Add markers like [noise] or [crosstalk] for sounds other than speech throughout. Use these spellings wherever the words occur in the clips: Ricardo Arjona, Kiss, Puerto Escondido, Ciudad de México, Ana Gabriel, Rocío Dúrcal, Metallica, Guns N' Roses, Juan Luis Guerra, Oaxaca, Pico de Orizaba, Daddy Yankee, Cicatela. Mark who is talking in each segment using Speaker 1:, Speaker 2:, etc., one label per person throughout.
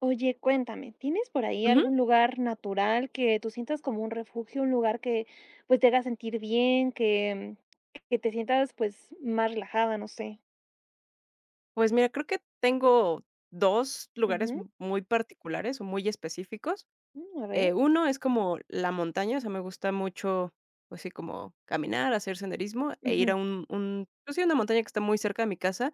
Speaker 1: Oye, cuéntame, ¿tienes por ahí algún
Speaker 2: Ujú.
Speaker 1: lugar natural que tú sientas como un refugio, un lugar que, pues, te haga sentir bien, que, que te sientas, pues, más relajada, ¿no sé?
Speaker 2: Pues mira, creo que tengo 2 lugares
Speaker 1: Ujú,
Speaker 2: muy particulares o muy específicos.
Speaker 1: mm, a ver,
Speaker 2: Uno es como la montaña, o sea, me gusta mucho, pues sí, como caminar, hacer senderismo e ir
Speaker 1: ujú,
Speaker 2: a un, pues sí, una montaña que está muy cerca de mi casa.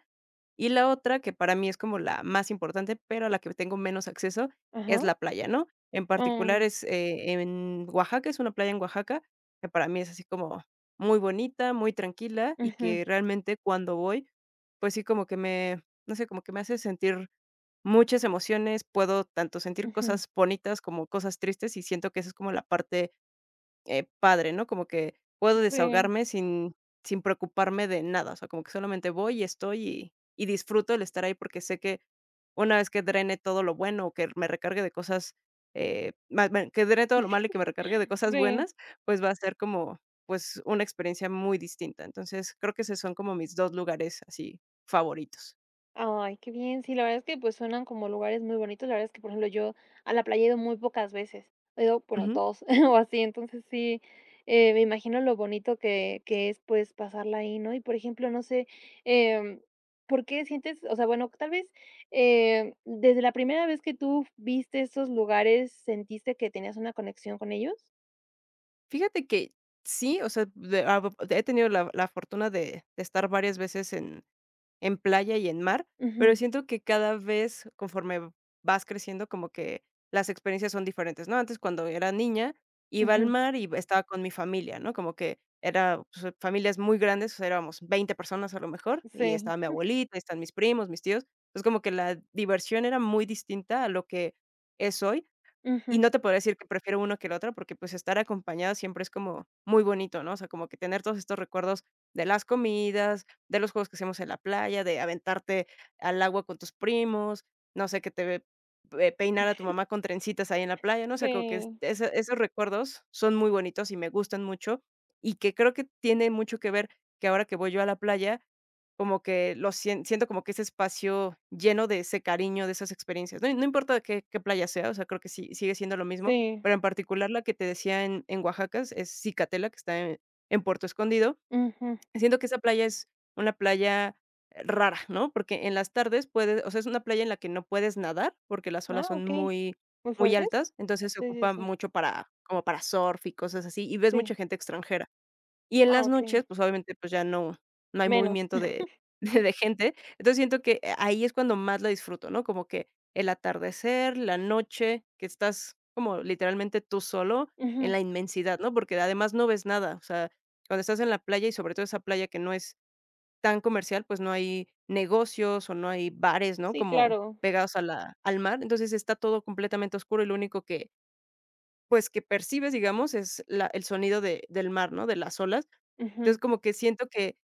Speaker 2: Y la otra, que para mí es como la más importante, pero a la que tengo menos acceso,
Speaker 1: ajá,
Speaker 2: es la playa, ¿no? En particular
Speaker 1: mm,
Speaker 2: es, en Oaxaca, es una playa en Oaxaca, que para mí es así como muy bonita, muy tranquila y
Speaker 1: ujú,
Speaker 2: que realmente cuando voy, pues sí, como que me, no sé, como que me hace sentir muchas emociones, puedo tanto sentir
Speaker 1: ujú,
Speaker 2: cosas bonitas como cosas tristes y siento que esa es como la parte, padre, ¿no? Como que puedo
Speaker 1: sí,
Speaker 2: desahogarme sin preocuparme de nada, o sea, como que solamente voy y estoy y disfruto el estar ahí, porque sé que una vez que drene todo lo bueno, o que me recargue de cosas, ma ma que drene todo lo malo y que me recargue de
Speaker 1: [laughs]
Speaker 2: cosas
Speaker 1: sí.
Speaker 2: buenas, pues va a ser como, pues, una experiencia muy distinta. Entonces, creo que esos son como mis 2 lugares así favoritos.
Speaker 1: Ay, qué bien. Sí, la verdad es que, pues, suenan como lugares muy bonitos. La verdad es que, por ejemplo, yo a la playa he ido muy pocas veces. He ido, bueno,
Speaker 2: Ujú.
Speaker 1: 2 [laughs] o así. Entonces, sí, me imagino lo bonito que es, pues, pasarla ahí, ¿no? Y, por ejemplo, no sé, em, ¿por qué sientes? O sea, bueno, tal vez, desde la primera vez que tú viste estos lugares, ¿sentiste que tenías una conexión con ellos?
Speaker 2: Fíjate que sí, o sea, de a he tenido la fortuna de estar varias veces en playa y en mar, pero
Speaker 1: Ujú,
Speaker 2: siento que cada vez conforme vas creciendo, como que las experiencias son diferentes, ¿no? Antes, cuando era niña, iba al
Speaker 1: ujú,
Speaker 2: mar y estaba con mi familia, ¿no? Como que era, pues, familias muy grandes, o sea, éramos 20 personas a lo mejor, y
Speaker 1: sí,
Speaker 2: estaba mi abuelita, y están mis primos, mis tíos. Entonces, como que la diversión era muy distinta a lo que es hoy. Y
Speaker 1: ujú,
Speaker 2: no te podría decir que prefiero uno que el otro, porque, pues, estar acompañado siempre es como muy bonito, ¿no? O sea, como que tener todos estos recuerdos de las comidas, de los juegos que hacíamos en la playa, de aventarte al agua con tus primos, no sé, que te ve- pe peinar a tu mamá con trencitas ahí en la playa, ¿no? O sea, como que es
Speaker 1: sí,
Speaker 2: esa esos recuerdos son muy bonitos y me gustan mucho, y que creo que tiene mucho que ver que ahora que voy yo a la playa, como que lo siento como que ese espacio lleno de ese cariño, de esas experiencias. No importa qué playa sea, o sea, creo que sí sigue siendo lo mismo,
Speaker 1: sí,
Speaker 2: pero en particular la que te decía en Oaxaca es Cicatela, que está en Puerto Escondido.
Speaker 1: ujú.
Speaker 2: Siento que esa playa es una playa rara, ¿no? Porque en las tardes puedes o sea, es una playa en la que no puedes nadar, porque las olas
Speaker 1: Ah,
Speaker 2: son
Speaker 1: okey.
Speaker 2: muy
Speaker 1: ¿Muy
Speaker 2: muy
Speaker 1: fuertes?
Speaker 2: altas, entonces se
Speaker 1: Sí, sí,
Speaker 2: ocupa
Speaker 1: sí.
Speaker 2: mucho para, como para surf y cosas así, y ves mucha
Speaker 1: Sí.
Speaker 2: gente extranjera. Y en
Speaker 1: Ah,
Speaker 2: las
Speaker 1: okey.
Speaker 2: noches, pues, obviamente, pues, ya no hay
Speaker 1: Menos.
Speaker 2: movimiento
Speaker 1: [laughs]
Speaker 2: de [laughs] de gente. Entonces, siento que, ahí es cuando más la disfruto, ¿no? Como que el atardecer, la noche, que estás como literalmente tú solo en
Speaker 1: Ujú.
Speaker 2: la inmensidad, ¿no? Porque además no ves nada, o sea, cuando estás en la playa y sobre todo esa playa que no es tan comercial, pues, no hay negocios o no hay bares, ¿no?
Speaker 1: Sí,
Speaker 2: Como
Speaker 1: claro.
Speaker 2: pegados a la al mar. Entonces, está todo completamente oscuro y lo único que, pues, que percibes, digamos, es la el sonido de del mar, ¿no?, de las olas.
Speaker 1: Ujú.
Speaker 2: Entonces, como que siento que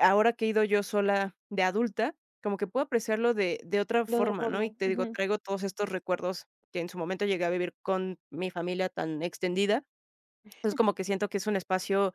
Speaker 2: ahora que he ido yo sola de adulta, como que puedo apreciarlo de otra
Speaker 1: De otra
Speaker 2: forma, ¿no? Y
Speaker 1: forma.
Speaker 2: te digo,
Speaker 1: Ujú.
Speaker 2: traigo todos estos recuerdos que en su momento llegué a vivir con mi familia tan extendida. Entonces, como que siento que es un espacio,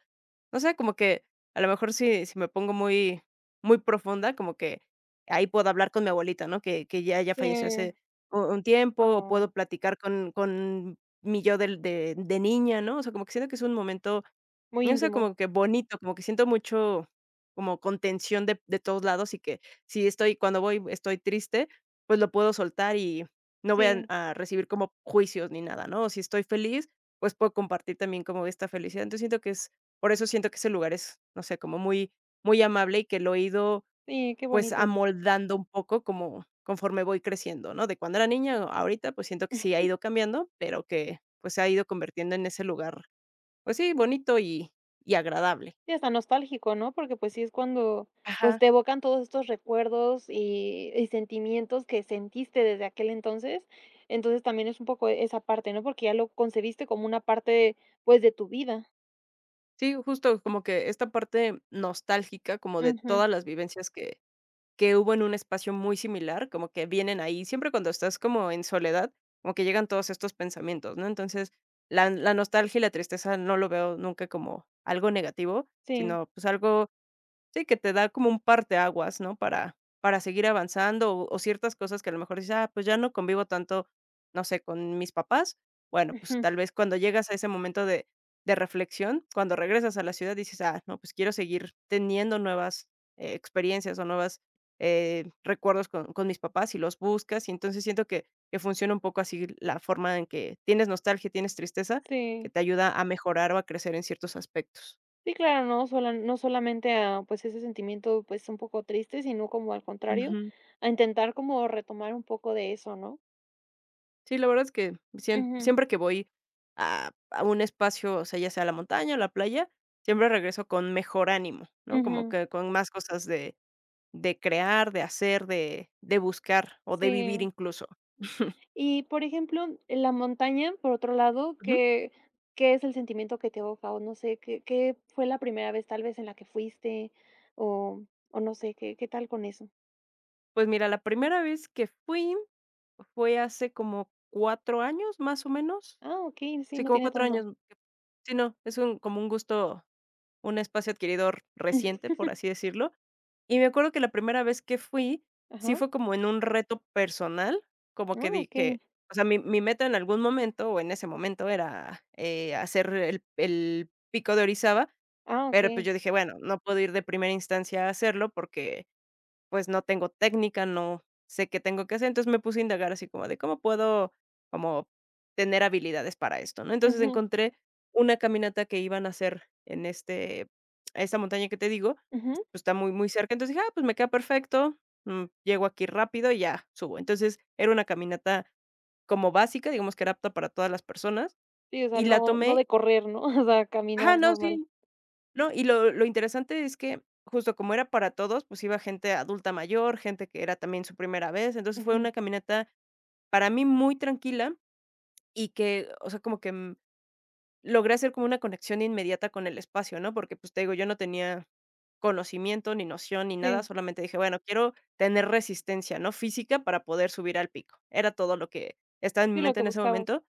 Speaker 2: no sé, como que a lo mejor si me pongo muy, muy profunda, como que ahí puedo hablar con mi abuelita, ¿no? Que ya falleció
Speaker 1: Sí.
Speaker 2: hace un tiempo, o
Speaker 1: Ah,
Speaker 2: puedo platicar con mi yo de niña, ¿no? O sea, como que siento que es un momento,
Speaker 1: muy
Speaker 2: no sé,
Speaker 1: íntimo.
Speaker 2: como que bonito, como que siento mucho como contención de todos lados y que si estoy, cuando voy estoy triste, pues lo puedo soltar y no voy
Speaker 1: Sí,
Speaker 2: a recibir como juicios ni nada, ¿no? O si estoy feliz, pues puedo compartir también como esta felicidad. Entonces siento que es, por eso siento que ese lugar es, no sé, como muy muy amable y que lo he ido,
Speaker 1: sí, qué
Speaker 2: pues,
Speaker 1: bonito.
Speaker 2: amoldando un poco como conforme voy creciendo, ¿no? De cuando era niña ahorita, pues siento que sí ha ido cambiando, pero que, pues, se ha ido convirtiendo en ese lugar, pues sí, bonito y agradable.
Speaker 1: Sí, hasta nostálgico, ¿no? Porque, pues, sí es cuando, pues,
Speaker 2: Ajá.
Speaker 1: te evocan todos estos recuerdos y sentimientos que sentiste desde aquel entonces. Entonces, también es un poco esa parte, ¿no? Porque ya lo concebiste como una parte, pues, de tu vida.
Speaker 2: Sí, justo como que esta parte nostálgica, como de
Speaker 1: Ujú.
Speaker 2: todas las vivencias que hubo en un espacio muy similar, como que vienen ahí, siempre cuando estás como en soledad, como que llegan todos estos pensamientos, ¿no? Entonces, la nostalgia y la tristeza no lo veo nunca como algo negativo,
Speaker 1: Sí.
Speaker 2: sino, pues, algo. Sí, que te da como un parteaguas, ¿no? Para seguir avanzando, o ciertas cosas que a lo mejor dices: "Ah, pues ya no convivo tanto, no sé, con mis papás". Bueno, pues
Speaker 1: Ujú.
Speaker 2: tal vez cuando llegas a ese momento de reflexión, cuando regresas a la ciudad dices: "Ah, no, pues quiero seguir teniendo nuevas, experiencias o nuevas, recuerdos con mis papás", y los buscas, y entonces siento que funciona un poco así la forma en que tienes nostalgia, tienes tristeza, que
Speaker 1: Sí.
Speaker 2: te ayuda a mejorar o a crecer en ciertos aspectos.
Speaker 1: Sí, claro, no solamente a, pues, ese sentimiento, pues, un poco triste, sino como al contrario, a intentar como retomar un poco de eso, ¿no?
Speaker 2: Sí, la verdad es que
Speaker 1: Ujú,
Speaker 2: siempre que voy a un espacio, o sea, ya sea la montaña o la playa, siempre regreso con mejor ánimo, ¿no? Como
Speaker 1: ujú,
Speaker 2: que con más cosas de crear, de hacer, de buscar o de vivir
Speaker 1: sí.
Speaker 2: incluso. [laughs]
Speaker 1: Y, por ejemplo, en la montaña, por otro lado,
Speaker 2: Ujú.
Speaker 1: ¿qué es el sentimiento que te evoca? O no sé, ¿qué fue la primera vez tal vez en la que fuiste? O o no sé, ¿qué tal con eso?
Speaker 2: Pues mira, la primera vez que fui fue hace como 4 años, más o menos.
Speaker 1: Ah, okey, sí,
Speaker 2: Sí,
Speaker 1: no
Speaker 2: como
Speaker 1: tiene
Speaker 2: 4
Speaker 1: tanto.
Speaker 2: años. Sí, no, es un, como un gusto, un espacio adquirido reciente,
Speaker 1: [laughs]
Speaker 2: por así decirlo. Y me acuerdo que la primera vez que fui, sí
Speaker 1: Ajá.
Speaker 2: fue como en un reto personal, como
Speaker 1: Ah,
Speaker 2: que
Speaker 1: okey.
Speaker 2: dije, o sea, mi meta en algún momento, o en ese momento, era, hacer el Pico de Orizaba,
Speaker 1: Ah,
Speaker 2: pero, pues,
Speaker 1: okey.
Speaker 2: yo dije: "Bueno, no puedo ir de primera instancia a hacerlo porque, pues, no tengo técnica, no sé qué tengo que hacer. Entonces, me puse a indagar así como de cómo puedo, como tener habilidades para esto, ¿no?". Entonces,
Speaker 1: Ujú,
Speaker 2: encontré una caminata que iban a hacer en esta montaña que te digo,
Speaker 1: ujú.
Speaker 2: pues, está muy, muy cerca. Entonces, dije: "Ah, pues, me queda perfecto, llego aquí rápido y ya subo". Entonces, era una caminata como básica, digamos que era apta para todas las personas,
Speaker 1: Sí, o sea,
Speaker 2: y la
Speaker 1: no de
Speaker 2: tomé.
Speaker 1: correr, ¿no? [laughs] O sea,
Speaker 2: Ah,
Speaker 1: caminar
Speaker 2: no, sí.
Speaker 1: normal.
Speaker 2: No, y lo interesante es que, justo como era para todos, pues iba gente adulta mayor, gente que era también su primera vez. Entonces, fue
Speaker 1: Ujú.
Speaker 2: una caminata para mí muy tranquila y que, o sea, como que, logré hacer como una conexión inmediata con el espacio, ¿no? Porque, pues, te digo, yo no tenía conocimiento, ni noción, ni nada,
Speaker 1: Sí,
Speaker 2: solamente dije: "Bueno, quiero tener resistencia, ¿no?, física para poder subir al pico". Era todo lo que estaba en mi
Speaker 1: sí, lo
Speaker 2: mente
Speaker 1: que
Speaker 2: en ese
Speaker 1: buscabas.
Speaker 2: momento.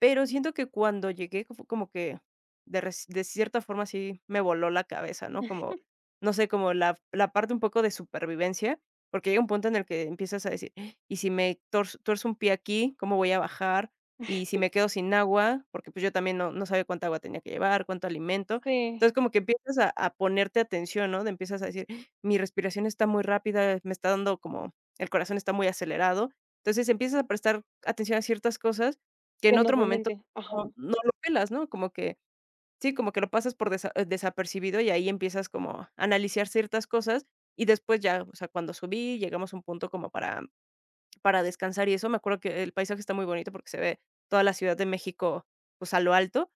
Speaker 2: Pero siento que cuando llegué fue como que de cierta forma sí me voló la cabeza, ¿no? Como, no sé, como la parte un poco de supervivencia, porque llega un punto en el que empiezas a decir: "Ah, ¿y si me torz tuerzo un pie aquí, cómo voy a bajar? ¿Y si me quedo sin agua?", porque, pues, yo también no sabía cuánta agua tenía que llevar, cuánto alimento.
Speaker 1: Sí,
Speaker 2: Entonces, como que empiezas a ponerte atención, ¿no? De empiezas a decir: "Ah, mi respiración está muy rápida, me está dando como, el corazón está muy acelerado". Entonces, empiezas a prestar atención a ciertas cosas que
Speaker 1: que
Speaker 2: en otro momento
Speaker 1: normalmente. Ajá,
Speaker 2: no lo pelas, ¿no? Como que sí, como que lo pasas por desapercibido y ahí empiezas como a analizar ciertas cosas y después ya, o sea, cuando subí, llegamos a un punto como para descansar y eso, me acuerdo que el paisaje está muy bonito porque se ve toda la Ciudad de México, pues, a lo alto.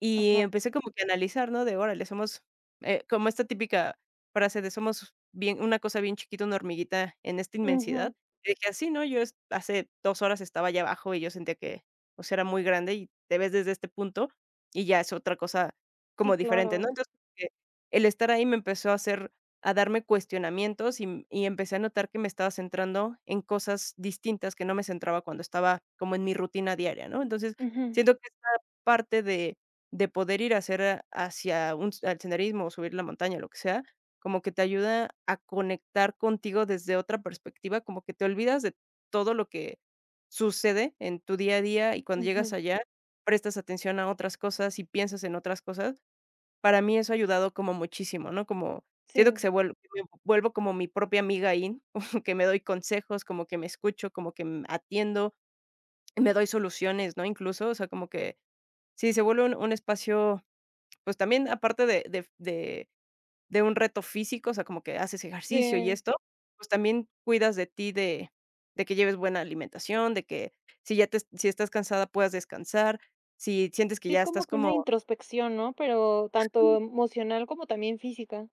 Speaker 2: Y
Speaker 1: ajá.
Speaker 2: empecé como que a analizar, ¿no? De órale, somos, como esta típica frase de somos bien una cosa bien chiquita, una hormiguita en esta
Speaker 1: Ujú.
Speaker 2: inmensidad. Y dije: "Así, ¿no? Yo es hace 2 horas estaba allá abajo y yo sentía que, o sea, era muy grande y te ves desde este punto y ya es otra cosa
Speaker 1: Sí,
Speaker 2: como diferente", ¿no?
Speaker 1: claro.
Speaker 2: Entonces, el estar ahí me empezó a hacer a darme cuestionamientos y empecé a notar que me estaba centrando en cosas distintas que no me centraba cuando estaba como en mi rutina diaria, ¿no? Entonces,
Speaker 1: Ujú,
Speaker 2: siento que esta parte de poder ir a hacer hacia al senderismo o subir la montaña, lo que sea, como que te ayuda a conectar contigo desde otra perspectiva, como que te olvidas de todo lo que sucede en tu día a día y cuando llegas
Speaker 1: ujú.
Speaker 2: allá prestas atención a otras cosas y piensas en otras cosas. Para mí eso ha ayudado como muchísimo, ¿no? Como siento que
Speaker 1: Sí,
Speaker 2: se vuelvo vuelvo como mi propia amiga ahí, [laughs] como que me doy consejos, como que me escucho, como que, atiendo, me doy soluciones, ¿no? Incluso, o sea, como que sí, se vuelve un espacio pues también, aparte de un reto físico, o sea, como que haces ejercicio y
Speaker 1: sí.
Speaker 2: esto, pues también cuidas de ti, de que lleves buena alimentación, de que si ya te si estás cansada puedas descansar, si sientes que
Speaker 1: Sí, es
Speaker 2: ya estás
Speaker 1: como que una
Speaker 2: como.
Speaker 1: introspección, ¿no? Pero tanto emocional como también física.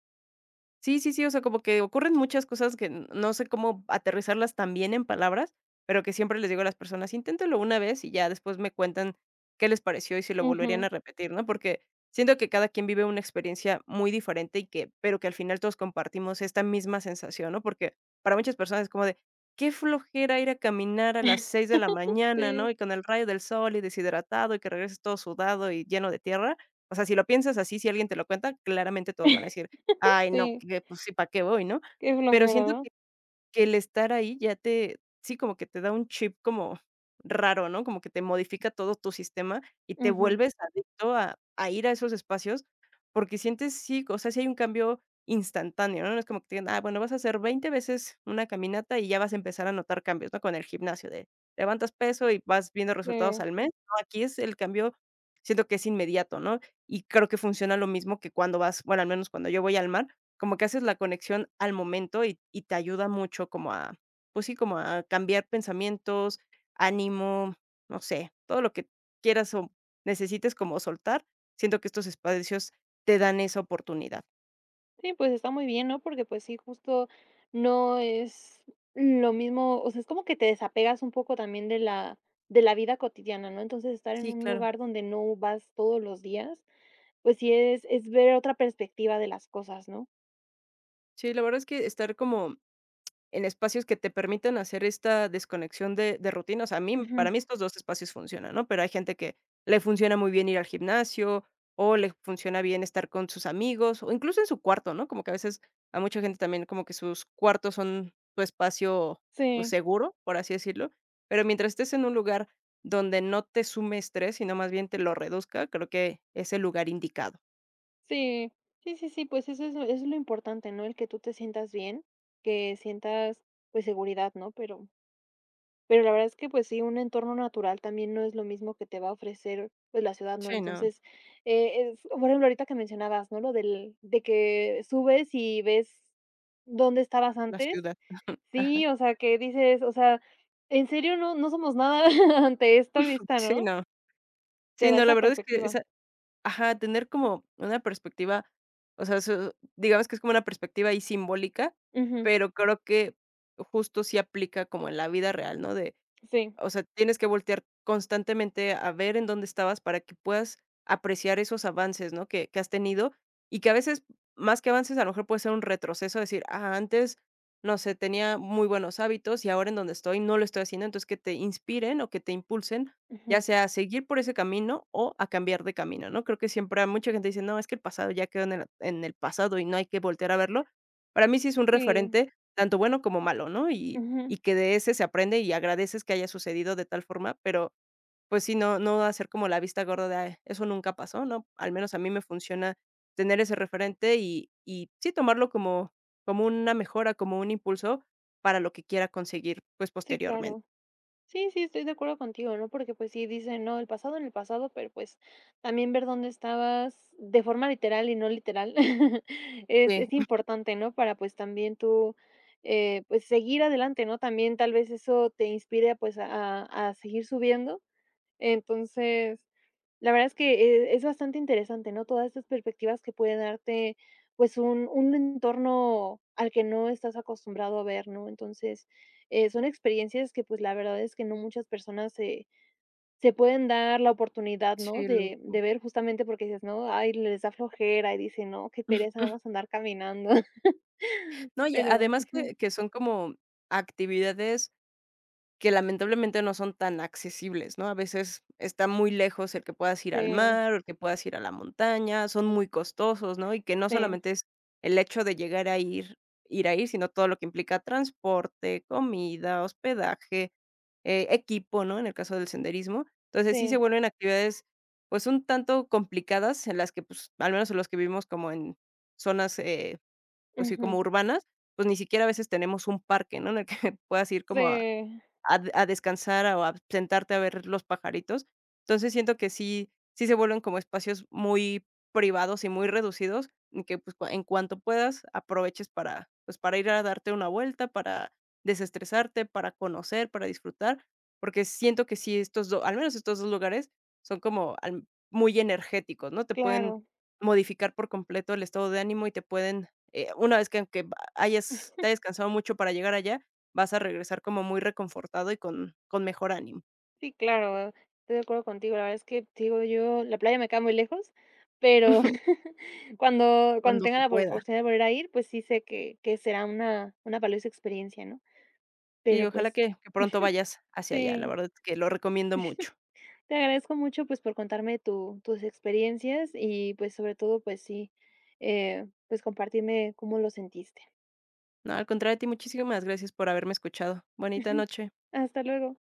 Speaker 2: Sí, sí, sí, o sea, como que ocurren muchas cosas que n no sé cómo aterrizarlas tan bien en palabras, pero que siempre les digo a las personas: inténtelo una vez y ya después me cuentan qué les pareció y si lo volverían
Speaker 1: Ujú.
Speaker 2: a repetir", ¿no? Porque siento que cada quien vive una experiencia muy diferente y que pero que al final todos compartimos esta misma sensación, ¿no? Porque para muchas personas es como de: "Qué flojera ir a caminar a las 6 de la mañana", ¿no?
Speaker 1: Sí,
Speaker 2: Y con el rayo del sol y deshidratado y que regreses todo sudado y lleno de tierra. O sea, si lo piensas así, si alguien te lo cuenta, claramente todos van a decir: "Ay, no,
Speaker 1: sí.
Speaker 2: que pues sí, ¿para qué voy, no?".
Speaker 1: Qué
Speaker 2: Pero
Speaker 1: flojera,
Speaker 2: siento
Speaker 1: ¿no?
Speaker 2: que el estar ahí ya te sí, como que te da un chip como raro, ¿no? Como que te modifica todo tu sistema y te
Speaker 1: Ujú.
Speaker 2: vuelves adicto a ir a esos espacios, porque sientes sí, o sea, sí hay un cambio instantáneo, ¿no? No es como que te digan: "Ah, bueno, vas a hacer 20 veces una caminata y ya vas a empezar a notar cambios", ¿no? Con el gimnasio de levantas peso y vas viendo resultados
Speaker 1: Sí.
Speaker 2: al mes, ¿no? Aquí es el cambio, siento que es inmediato, ¿no? Y creo que funciona lo mismo que cuando vas bueno, al menos cuando yo voy al mar, como que haces la conexión al momento y te ayuda mucho como a, pues sí, como a cambiar pensamientos, ánimo, no sé, todo lo que quieras o necesites como soltar. Siento que estos espacios te dan esa oportunidad.
Speaker 1: Sí, pues está muy bien, ¿no? Porque pues sí, justo no es lo mismo, o sea, es como que te desapegas un poco también de la, vida cotidiana, ¿no? Entonces estar en
Speaker 2: Sí,
Speaker 1: un
Speaker 2: claro.
Speaker 1: lugar donde no vas todos los días, pues sí es, ver otra perspectiva de las cosas, ¿no?
Speaker 2: Sí, la verdad es que estar como en espacios que te permitan hacer esta desconexión de rutina, o sea, a mí para
Speaker 1: Ujú,
Speaker 2: mí estos 2 espacios funcionan, ¿no? Pero hay gente que le funciona muy bien ir al gimnasio, o le funciona bien estar con sus amigos, o incluso en su cuarto, ¿no? Como que a veces a mucha gente también como que sus cuartos son su espacio, pues,
Speaker 1: sí,
Speaker 2: seguro, por así decirlo. Pero mientras estés en un lugar donde no te sume estrés, sino más bien te lo reduzca, creo que es el lugar indicado.
Speaker 1: sí, sí, sí, sí, pues eso es, eso es lo importante, ¿no? El que tú te sientas bien, que sientas pues seguridad, ¿no? Pero la verdad es que, pues sí, un entorno natural también no es lo mismo que te va a ofrecer, pues, la ciudad, ¿no?
Speaker 2: Sí, no,
Speaker 1: Entonces, es por ejemplo, ahorita que mencionabas, ¿no? Lo del de que subes y ves dónde estabas
Speaker 2: la
Speaker 1: antes.
Speaker 2: ciudad. [laughs] Ajá.
Speaker 1: Sí, o sea, que dices, o sea, en serio no somos nada [laughs] ante esta vista,
Speaker 2: Sí,
Speaker 1: ¿no?
Speaker 2: no.
Speaker 1: Te
Speaker 2: Sí,
Speaker 1: da
Speaker 2: no, la
Speaker 1: esa
Speaker 2: verdad es que
Speaker 1: perspectiva.
Speaker 2: ajá, tener como una perspectiva, o sea, su digamos que es como una perspectiva ahí simbólica,
Speaker 1: Ujú,
Speaker 2: pero creo que justo sí aplica como en la vida real, ¿no? De,
Speaker 1: sí,
Speaker 2: o sea, tienes que voltear constantemente a ver en dónde estabas para que puedas apreciar esos avances, ¿no? Que has tenido y que a veces, más que avances, a lo mejor puede ser un retroceso, decir, ah, antes, no sé, tenía muy buenos hábitos y ahora en donde estoy no lo estoy haciendo, entonces que te inspiren o que te impulsen, ya
Speaker 1: ujú,
Speaker 2: sea a seguir por ese camino o a cambiar de camino, ¿no? Creo que siempre hay mucha gente dice, no, es que el pasado ya quedó en el pasado y no hay que voltear a verlo. Para mí sí es un
Speaker 1: sí,
Speaker 2: referente, tanto bueno como malo, ¿no?
Speaker 1: ujú,
Speaker 2: Y que de ese se aprende y agradeces que haya sucedido de tal forma, pero pues sí, no hacer como la vista gorda de: "Ay, eso nunca pasó", ¿no? Al menos a mí me funciona tener ese referente y sí tomarlo como como una mejora, como un impulso para lo que quiera conseguir, pues,
Speaker 1: sí,
Speaker 2: posteriormente.
Speaker 1: claro. Sí, sí, estoy de acuerdo contigo, ¿no? Porque, pues, sí dicen, no, el pasado en el pasado, pero, pues, también ver dónde estabas de forma literal y no literal [laughs] es
Speaker 2: Sí.
Speaker 1: es
Speaker 2: [laughs]
Speaker 1: importante, ¿no? Para, pues, también tú, pues, seguir adelante, ¿no? También tal vez eso te inspire, pues, a a seguir subiendo. Entonces la verdad es que, es bastante interesante, ¿no? Todas estas perspectivas que puede darte, pues, un entorno al que no estás acostumbrado a ver, ¿no? Entonces, son experiencias que, pues, la verdad es que no muchas personas se pueden dar la oportunidad, ¿no?
Speaker 2: Sí,
Speaker 1: De
Speaker 2: lujo.
Speaker 1: ver justamente porque dices, ¿no? Ay, les da flojera y dicen: "No, qué pereza nada más andar caminando". [laughs]
Speaker 2: No, y
Speaker 1: Pero
Speaker 2: además
Speaker 1: ujú,
Speaker 2: que son como actividades que lamentablemente no son tan accesibles, ¿no? A veces está muy lejos el que puedas ir al
Speaker 1: sí,
Speaker 2: mar o el que puedas ir a la montaña, son muy costosos, ¿no? Y que no
Speaker 1: sí,
Speaker 2: solamente es el hecho de llegar a ir, sino todo lo que implica transporte, comida, hospedaje, equipo, ¿no? En el caso del senderismo. Entonces sí se
Speaker 1: sí,
Speaker 2: vuelven actividades pues un tanto complicadas en las que pues al menos en los que vivimos como en zonas pues sí como
Speaker 1: ujú,
Speaker 2: urbanas, pues ni siquiera a veces tenemos un parque, ¿no? En el que [laughs] puedas ir como
Speaker 1: sí,
Speaker 2: a descansar o a sentarte a ver los pajaritos. Entonces, siento que sí sí se vuelven como espacios muy privados y muy reducidos, en que, pues, cua en cuanto puedas, aproveches para, pues, para ir a darte una vuelta, para desestresarte, para conocer, para disfrutar, porque siento que sí estos dos, al menos estos 2 lugares son como al muy energéticos, ¿no? Te pueden
Speaker 1: claro.
Speaker 2: modificar por completo el estado de ánimo y te pueden, una vez que hayas te hayas cansado mucho para llegar allá, vas a regresar como muy reconfortado y con mejor ánimo.
Speaker 1: Sí, claro, estoy de acuerdo contigo. La verdad es que, te digo, yo la playa me queda muy lejos, pero
Speaker 2: [laughs]
Speaker 1: [laughs] cuando
Speaker 2: Cuando
Speaker 1: tenga
Speaker 2: se
Speaker 1: la
Speaker 2: pueda.
Speaker 1: oportunidad de volver a ir, pues sí sé que será una valiosa experiencia, ¿no?
Speaker 2: Sí,
Speaker 1: Pero,
Speaker 2: ojalá
Speaker 1: pues
Speaker 2: que pronto vayas hacia allá, la
Speaker 1: sí,
Speaker 2: verdad es que lo recomiendo mucho.
Speaker 1: te agradezco mucho, pues, por contarme tu tus experiencias y, pues, sobre todo, pues sí, pues, compartirme cómo lo sentiste.
Speaker 2: No, al contrario, de ti muchísimas gracias por haberme escuchado. Bonita
Speaker 1: [laughs]
Speaker 2: noche.
Speaker 1: Hasta luego.